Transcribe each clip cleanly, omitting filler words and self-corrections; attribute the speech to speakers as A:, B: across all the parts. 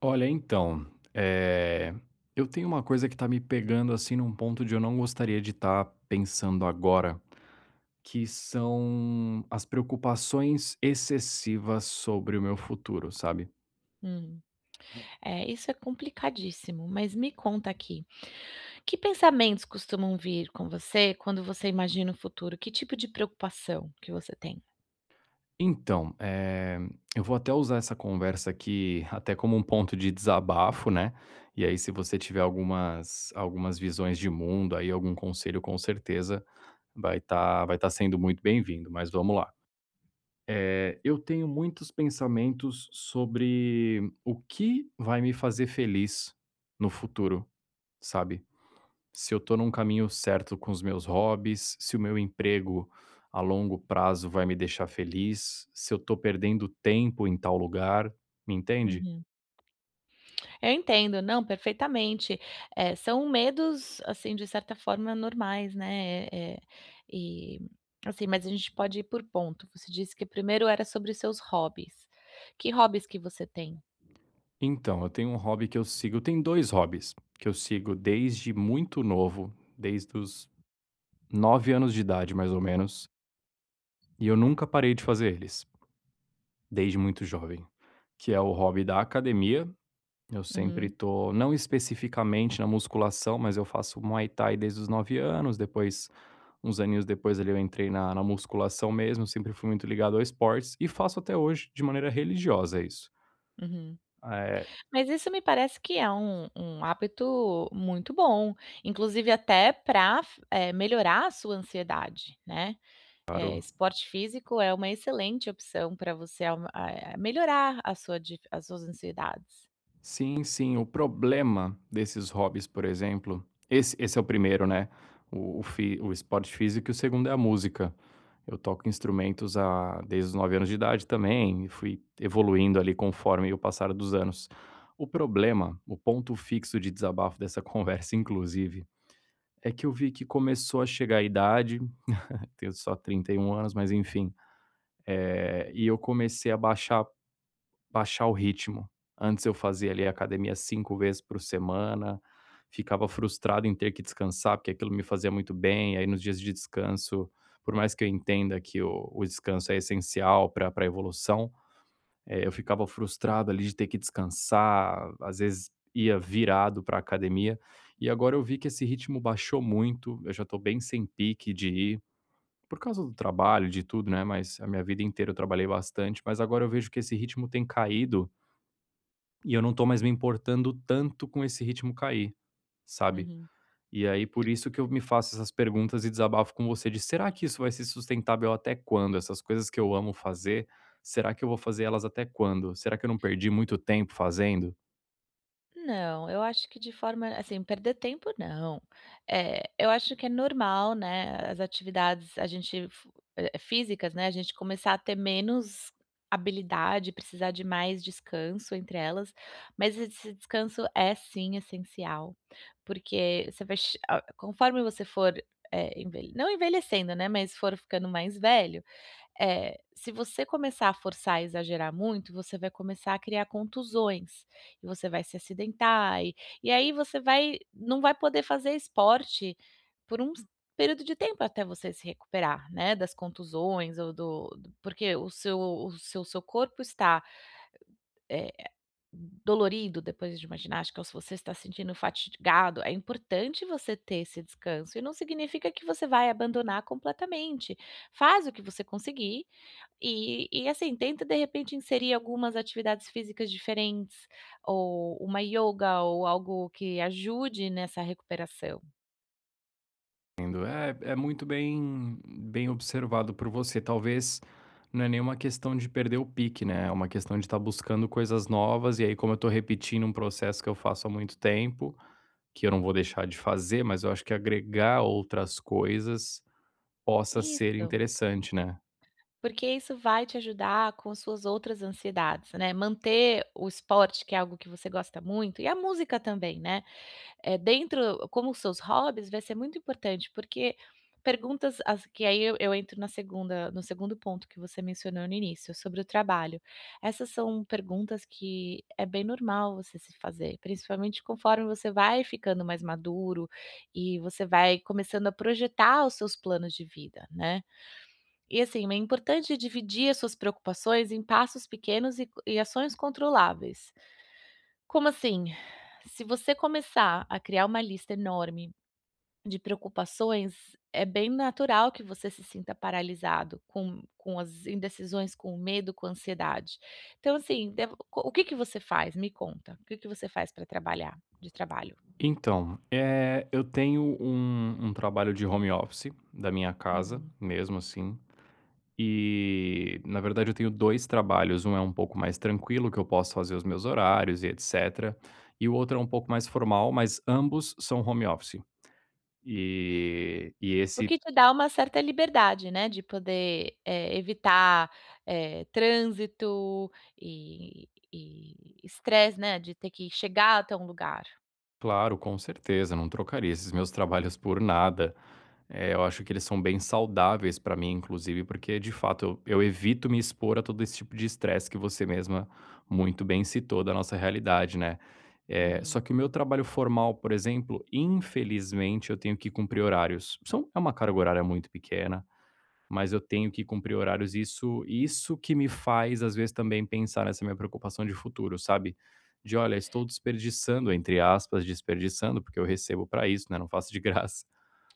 A: Olha, então, eh, eu tenho uma coisa que tá me pegando, assim, num ponto de eu não gostaria de estar pensando agora, que são as preocupações excessivas sobre o meu futuro, sabe?
B: Hum, é, isso é complicadíssimo, mas me conta aqui, que pensamentos costumam vir com você quando você imagina o futuro? Que tipo de preocupação que você tem?
A: Então, eu vou até usar essa conversa aqui até como um ponto de desabafo, né? E aí, se você tiver algumas, algumas visões de mundo, aí algum conselho, com certeza vai tá sendo muito bem-vindo, mas vamos lá. Eu tenho muitos pensamentos sobre o que vai me fazer feliz no futuro, sabe? Se eu tô num caminho certo com os meus hobbies, se o meu emprego a longo prazo vai me deixar feliz, se eu tô perdendo tempo em tal lugar, me entende?
B: Uhum. Eu entendo, não, perfeitamente. São medos, assim, de certa forma normais, né, eh, e, assim, mas a gente pode ir por ponto. Você disse que primeiro era sobre seus hobbies. Que hobbies que você tem?
A: Então, eu tenho um hobby que eu sigo, tem dois hobbies que eu sigo desde muito novo, desde os 9 anos de idade, mais ou menos, e eu nunca parei de fazer eles, desde muito jovem. Que é o hobby da academia. Eu sempre
B: Uhum,
A: tô, não especificamente na musculação, mas eu faço Muay Thai desde os 9 anos, depois uns aninhos depois ali eu entrei na musculação mesmo, sempre fui muito ligado ao esportes e faço até hoje de maneira religiosa isso.
B: uhum.
A: Eh,
B: Mas isso me parece que é um hábito muito bom, inclusive até para melhorar a sua ansiedade, né.
A: claro.
B: Esporte físico é uma excelente opção para você melhorar a sua dif as suas ansiedades.
A: Sim, sim. O problema desses hobbies, por exemplo esse é o primeiro, né, o fi o esporte físico e o segundo é a música. Eu toco instrumentos há desde os 9 anos de idade também e fui evoluindo ali conforme o passar dos anos. O problema, o ponto fixo de desabafo dessa conversa inclusive, é que eu vi que começou a chegar a idade, eu tenho só 31 anos, mas enfim, e eu comecei a baixar o ritmo. Antes eu fazia ali academia 5 vezes por semana, ficava frustrado em ter que descansar, porque aquilo me fazia muito bem, aí nos dias de descanso, por mais que eu entenda que o descanso é essencial para pra evolução, eu ficava frustrado ali de ter que descansar, às vezes ia virado para academia, e agora eu vi que esse ritmo baixou muito, eu já estou bem sem pique de ir, por causa do trabalho, de tudo, né, mas a minha vida inteira eu trabalhei bastante, mas agora eu vejo que esse ritmo tem caído e eu não tô mais me importando tanto com esse ritmo cair, sabe.
B: Uhum.
A: E aí por isso que eu me faço essas perguntas e desabafo com você de: "Será que isso vai ser sustentável até quando? Essas coisas que eu amo fazer, será que eu vou fazer elas até quando? Será que eu não perdi muito tempo fazendo?"
B: Não, eu acho que de forma assim, perder tempo não. Eu acho que é normal, né, as atividades a gente f eh, eh, físicas, né, a gente começar a ter menos habilidade, precisar de mais descanso entre elas, mas esse descanso é sim essencial, porque você vai che a conforme você for, eh, envelhe não envelhecendo, né, mas for ficando mais velho, é, se você começar a forçar e exagerar muito, você vai começar a criar contusões, e você vai se acidentar, e aí você vai não vai poder fazer esporte por um s- período de tempo até você se recuperar, né, das contusões ou porque o seu seu corpo está, eh dolorido depois de uma ginástica ou se você está se sentindo fatigado, é importante você ter esse descanso e não significa que você vai abandonar completamente. Faz o que você conseguir e assim, tenta de repente inserir algumas atividades físicas diferentes ou uma ioga ou algo que ajude nessa recuperação.
A: Entendo. É, é muito bem observado por você. Talvez não é nenhuma questão de perder o pique, né, é uma questão de estar buscando coisas novas, e aí como eu tô repetindo um processo que eu faço há muito tempo, que eu não vou deixar de fazer, mas eu acho que agregar outras coisas possa ser
B: Isso,
A: interessante, né.
B: porque isso vai te ajudar com suas outras ansiedades, né, manter o esporte que é algo que você gosta muito e a música também, né. Dentro como os seus hobbies vai ser muito importante, porque perguntas as que aí eu entro na segunda no segundo ponto que você mencionou no início, sobre o trabalho. Essas são perguntas que é bem normal você se fazer, principalmente conforme você vai ficando mais maduro e você vai começando a projetar os seus planos de vida, né. E assim, é importante dividir as suas preocupações em passos pequenos e ações controláveis. Como assim? Se você começar a criar uma lista enorme de preocupações, é bem natural que você se sinta paralisado com as indecisões, com o medo, com a ansiedade. Então, assim, devo co o que que você faz? Me conta. O que que você faz para trabalhar de trabalho?
A: Então, eu tenho um trabalho de home office, da minha casa
B: Uhum.
A: mesmo, assim, e na verdade eu tenho 2 trabalhos, um é um pouco mais tranquilo, que eu posso fazer os meus horários e etcétera, e o outro é um pouco mais formal, mas ambos são home office. E
B: O
A: esse
B: que te dá uma certa liberdade, né, de poder, evitar, trânsito e e estresse, né, de ter que chegar até um lugar.
A: claro, com certeza, não trocaria esses meus trabalhos por nada. É, eu acho que eles são bem saudáveis pra mim, inclusive, porque de fato eu evito me expor a todo esse tipo de estresse que você mesma muito bem citou da nossa realidade, né? É, só
B: Uhum,
A: que o meu trabalho formal, por exemplo, infelizmente eu tenho que cumprir horários. São, é uma carga horária muito pequena, mas eu tenho que cumprir horários. Isso que me faz, às vezes, também pensar nessa minha preocupação de futuro, sabe? De olha, estou desperdiçando, entre aspas, desperdiçando, porque eu recebo pra isso, né? Não faço de graça,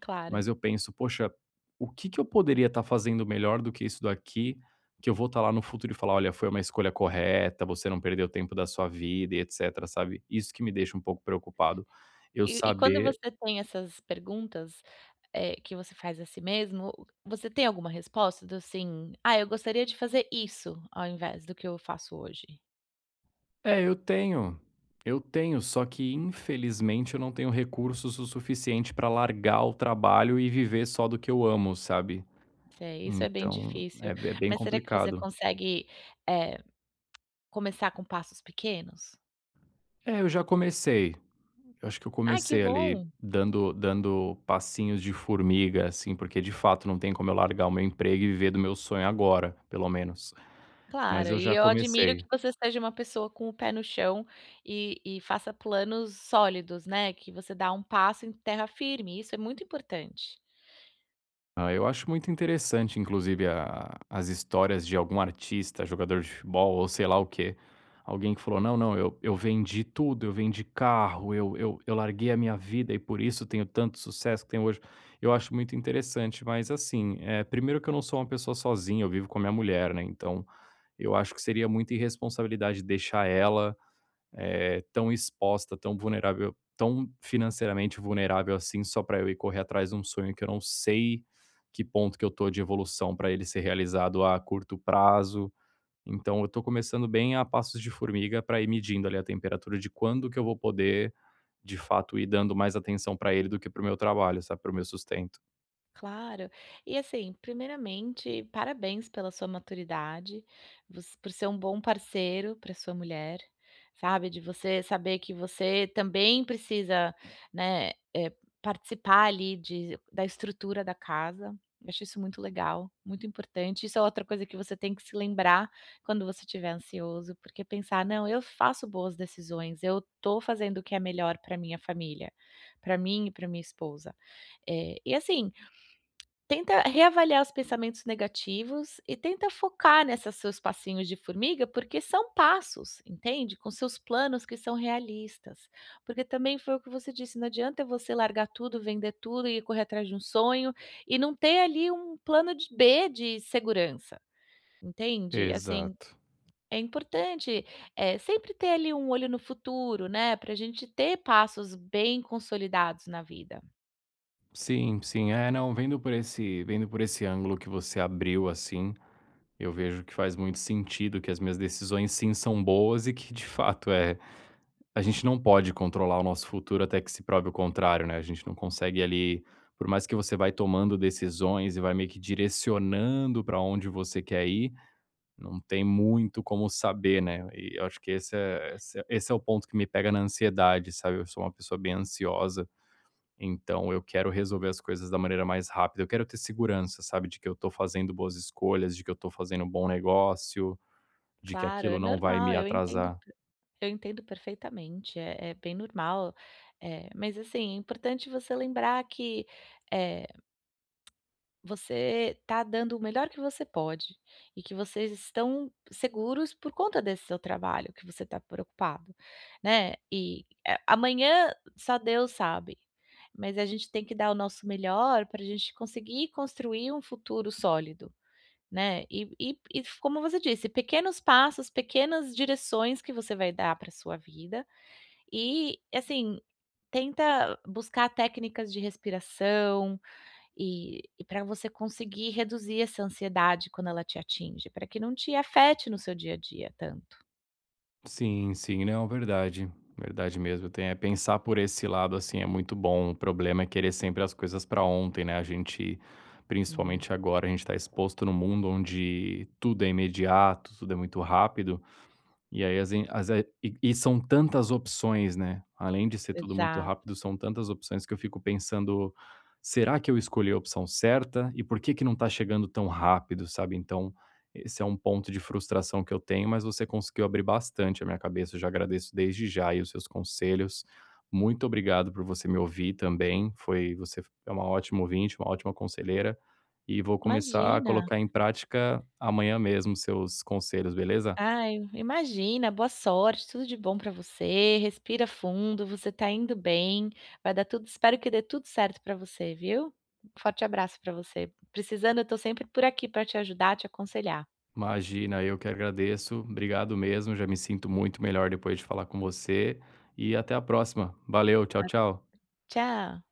B: claro.
A: mas eu penso: "Poxa, o que que eu poderia estar fazendo melhor do que isso daqui, que eu vou estar lá no futuro e falar: 'Olha, foi uma escolha correta, você não perdeu tempo da sua vida e etcétera'", sabe. Isso que me deixa um pouco preocupado. Eu
B: E quando
A: saber
B: você tem essas perguntas, que você faz a si mesmo, você tem alguma resposta do assim: "Ah, eu gostaria de fazer isso ao invés do que eu faço hoje".
A: é, eu tenho, só que infelizmente eu não tenho recursos o suficiente para largar o trabalho e viver só do que eu amo, sabe.
B: Sei, isso é bem
A: Então
B: difícil,
A: é bem
B: mas será que você
A: complicado.
B: consegue, eh, começar com passos pequenos?
A: É, eu já comecei. Eu acho que eu
B: Ah, que
A: comecei ali
B: bom!"
A: dando passinhos de formiga, assim, porque de fato não tem como eu largar o meu emprego e viver do meu sonho agora, pelo menos. Mas
B: Claro,
A: eu
B: e
A: já
B: eu admiro
A: comecei.
B: que você seja uma pessoa com o pé no chão e faça planos sólidos, né, que você dá um passo em terra firme, isso é muito importante.
A: Ah, eu acho muito interessante, inclusive, a as histórias de algum artista, jogador de futebol ou sei lá o quê. Alguém que falou: "Não, não, eu vendi tudo, eu vendi carro, eu larguei a minha vida e por isso tenho tanto sucesso que tenho hoje". Eu acho muito interessante, mas assim, é primeiro que eu não sou uma pessoa sozinha, eu vivo com a minha mulher, né, então eu acho que seria muita irresponsabilidade deixar ela, tão exposta, tão vulnerável, tão financeiramente vulnerável assim, só para eu ir correr atrás de um sonho que eu não sei que ponto que eu tô de evolução para ele ser realizado a curto prazo. Então eu tô começando bem a passos de formiga para ir medindo ali a temperatura de quando que eu vou poder, de fato, ir dando mais atenção para ele do que para o meu trabalho, sabe, para o meu sustento.
B: Claro. E assim, primeiramente, parabéns pela sua maturidade, você por ser um bom parceiro para sua mulher, sabe, de você saber que você também precisa, né, participar ali de da estrutura da casa. Eu acho isso muito legal, muito importante. Isso é outra coisa que você tem que se lembrar quando você estiver ansioso, porque pensar: "Não, eu faço boas decisões, eu tô fazendo o que é melhor para minha família, para mim e para minha esposa". Eh, e assim, Tenta reavaliar os pensamentos negativos e tenta focar nessas seus passinhos de formiga, porque são passos, entende? Com seus planos que são realistas. Porque também foi o que você disse, não adianta você largar tudo, vender tudo e correr atrás de um sonho e não ter ali um plano de B de segurança, entende? Assim,
A: Exato.
B: é importante, sempre ter ali um olho no futuro, né, para a gente ter passos bem consolidados na vida.
A: Sim, sim. É, não, vendo por esse ângulo que você abriu, assim, eu vejo que faz muito sentido, que as minhas decisões sim são boas e que de fato é a gente não pode controlar o nosso futuro até que se prove o contrário, né, a gente não consegue ali por mais que você vai tomando decisões e vai meio que direcionando para onde você quer ir, não tem muito como saber, né, e eu acho que esse é o ponto que me pega na ansiedade, sabe, eu sou uma pessoa bem ansiosa, então eu quero resolver as coisas da maneira mais rápida, eu quero ter segurança, sabe, de que eu tô fazendo boas escolhas, de que eu tô fazendo um bom negócio, de que
B: Claro, é
A: aquilo não vai me
B: normal, eu entendo.
A: atrasar.
B: Eu entendo perfeitamente, é é bem normal, mas assim, é importante você lembrar que, eh, você está dando o melhor que você pode e que vocês estão seguros por conta desse seu trabalho, que você está preocupado, né. E, amanhã só Deus sabe, mas a gente tem que dar o nosso melhor para a gente conseguir construir um futuro sólido, né. E como você disse, pequenos passos, pequenas direções que você vai dar para sua vida e, assim, tenta buscar técnicas de respiração e pra você conseguir reduzir essa ansiedade quando ela te atinge, para que não te afete no seu dia a dia tanto.
A: Sim, sim, não, verdade. Verdade mesmo. Tem, é, pensar por esse lado, assim, é muito bom. O problema é querer sempre as coisas para ontem, né? A gente,
B: É.
A: principalmente agora, a gente está exposto num mundo onde tudo é imediato, tudo é muito rápido. E aí as em as eh, e são tantas opções, né, além de ser tudo muito
B: Exato.
A: rápido, são tantas opções que eu fico pensando: "Será que eu escolhi a opção certa? E por que que não tá chegando tão rápido?", sabe. Então, esse é um ponto de frustração que eu tenho, mas você conseguiu abrir bastante a minha cabeça, eu já agradeço desde já aí os seus conselhos. Muito obrigado por você me ouvir também, foi você é uma ótima ouvinte, uma ótima conselheira, e vou começar a
B: Imagina.
A: colocar em prática amanhã mesmo seus conselhos, beleza?
B: Ai, imagina, boa sorte, tudo de bom para você, respira fundo, você tá indo bem, vai dar tudo espero que dê tudo certo para você, viu. Forte abraço para você. Precisando, eu tô sempre por aqui para te ajudar, te aconselhar.
A: Imagina, eu que agradeço. Obrigado mesmo, já me sinto muito melhor depois de falar com você e até a próxima. Valeu, tchau,
B: A
A: tchau.
B: tchau.